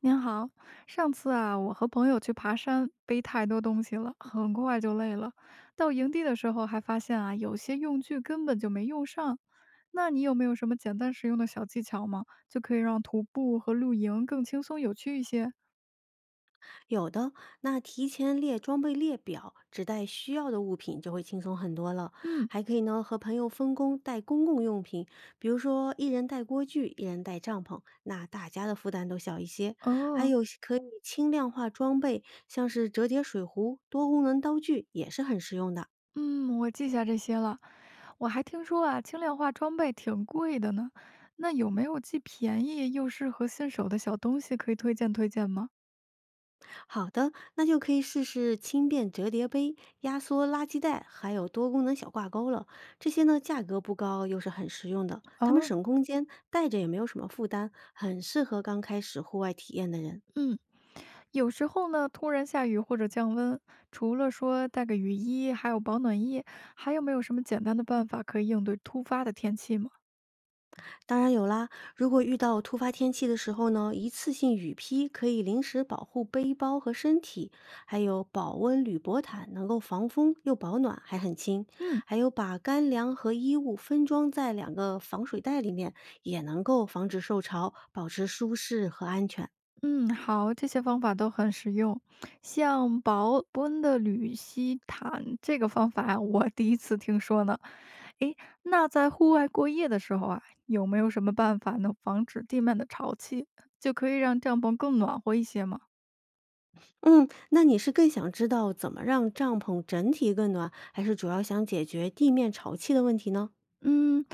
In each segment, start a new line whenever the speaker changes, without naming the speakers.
您好，上次啊，我和朋友去爬山，背太多东西了，很快就累了。到营地的时候还发现啊，有些用具根本就没用上。那你有没有什么简单实用的小技巧吗？就可以让徒步和露营更轻松有趣一些？
有的，那提前列装备列表，只带需要的物品就会轻松很多了。
嗯，
还可以呢，和朋友分工带公共用品，比如说一人带锅具，一人带帐篷，那大家的负担都小一些。还
哦，
有可以轻量化装备，像是折叠水壶、多功能刀具也是很实用的。
嗯，我记下这些了。我还听说啊，轻量化装备挺贵的呢。那有没有既便宜又适合新手的小东西可以推荐推荐吗？
好的，那就可以试试轻便折叠杯、压缩垃圾袋，还有多功能小挂钩了。这些呢，价格不高，又是很实用的，它们
哦，
省空间，带着也没有什么负担，很适合刚开始户外体验的人。
嗯，有时候呢，突然下雨或者降温，除了说带个雨衣，还有保暖衣，还有没有什么简单的办法可以应对突发的天气吗？
当然有啦，如果遇到突发天气的时候呢，一次性雨披可以临时保护背包和身体，还有保温铝箔毯能够防风又保暖，还很轻。
嗯，
还有把干粮和衣物分装在两个防水袋里面，也能够防止受潮，保持舒适和安全。
嗯，好，这些方法都很实用。像保温的铝吸毯这个方法啊，我第一次听说呢。诶，那在户外过夜的时候啊，有没有什么办法能防止地面的潮气，就可以让帐篷更暖和一些吗？
嗯，那你是更想知道怎么让帐篷整体更暖，还是主要想解决地面潮气的问题呢？
嗯。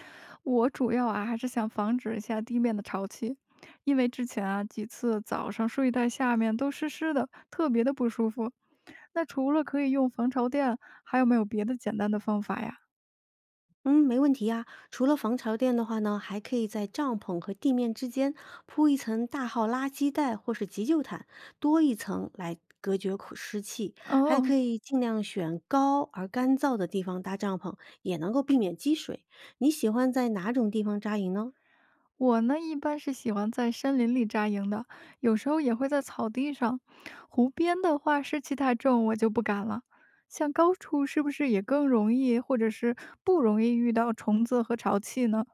我主要啊还是想防止一下地面的潮气，因为之前啊几次早上睡袋下面都湿湿的，特别的不舒服。那除了可以用防潮垫，还有没有别的简单的方法呀？
嗯，没问题呀。除了防潮垫的话呢，还可以在帐篷和地面之间铺一层大号垃圾袋或是急救毯，多一层来隔绝口湿气。还
哦，
可以尽量选高而干燥的地方搭帐篷，也能够避免积水。你喜欢在哪种地方扎营呢？
我呢一般是喜欢在森林里扎营的，有时候也会在草地上。湖边的话湿气太重，我就不敢了。像高处是不是也更容易，或者是不容易遇到虫子和潮气呢？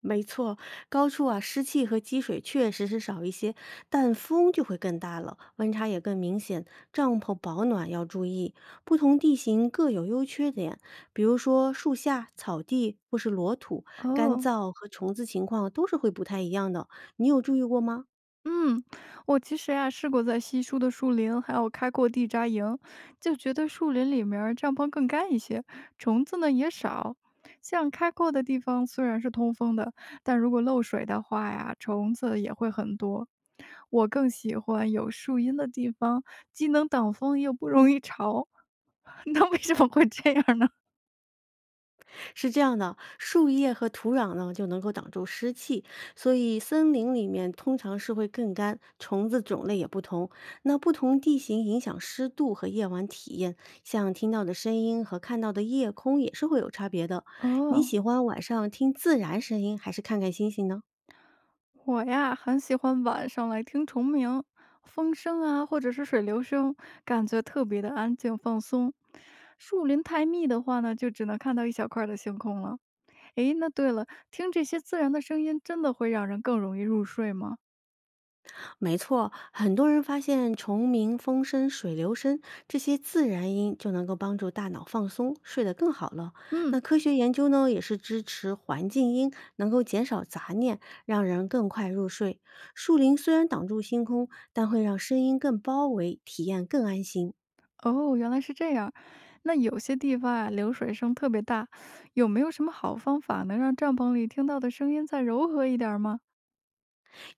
没错，高处啊，湿气和积水确实是少一些，但风就会更大了，温差也更明显。帐篷保暖要注意，不同地形各有优缺点。比如说树下、草地或是裸土，干
哦，
燥和虫子情况都是会不太一样的。你有注意过吗？
嗯，我其实呀试过在稀疏的树林，还有开阔地扎营，就觉得树林里面儿帐篷更干一些，虫子呢也少。像开阔的地方虽然是通风的，但如果漏水的话呀，虫子也会很多。我更喜欢有树荫的地方，既能挡风又不容易潮。那为什么会这样呢？
是这样的，树叶和土壤呢就能够挡住湿气，所以森林里面通常是会更干，虫子种类也不同。那不同地形影响湿度和夜晚体验，像听到的声音和看到的夜空也是会有差别的。你
哦，
喜欢晚上听自然声音，还是看看星星呢？
我呀，很喜欢晚上来听虫鸣、风声啊，或者是水流声，感觉特别的安静放松。树林太密的话呢，就只能看到一小块儿的星空了。诶，那对了，听这些自然的声音，真的会让人更容易入睡吗？
没错，很多人发现虫鸣、风声、水流声这些自然音就能够帮助大脑放松，睡得更好了。
嗯，
那科学研究呢，也是支持环境音能够减少杂念，让人更快入睡。树林虽然挡住星空，但会让声音更包围，体验更安心。
哦，原来是这样。那有些地方啊，流水声特别大，有没有什么好方法能让帐篷里听到的声音再柔和一点儿吗？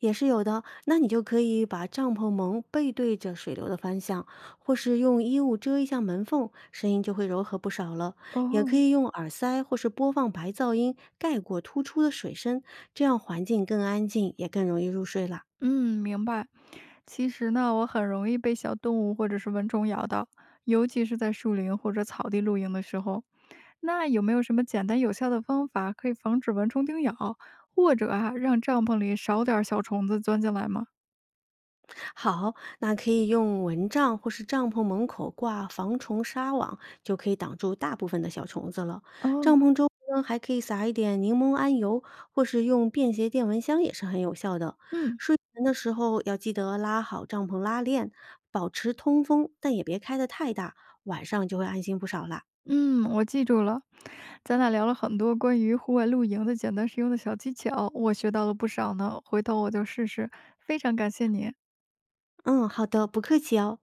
也是有的。那你就可以把帐篷蒙背对着水流的方向，或是用衣物遮一下门缝，声音就会柔和不少了。也可
哦，
以用耳塞或是播放白噪音盖过突出的水声，这样环境更安静，也更容易入睡啦。
嗯，明白。其实呢，我很容易被小动物或者是蚊虫咬到，尤其是在树林或者草地露营的时候。那有没有什么简单有效的方法可以防止蚊虫叮咬，或者啊，让帐篷里少点儿小虫子钻进来吗？
好，那可以用蚊帐或是帐篷门口挂防虫纱网，就可以挡住大部分的小虫子了。
哦，
帐篷周围呢，还可以撒一点柠檬桉油，或是用便携电蚊香也是很有效的。
嗯
睡前的时候要记得拉好帐篷拉链，保持通风，但也别开得太大，晚上就会安心不少啦。
嗯，我记住了。咱俩聊了很多关于户外露营的简单实用的小技巧，我学到了不少呢。回头我就试试。非常感谢你。
嗯，好的，不客气哦。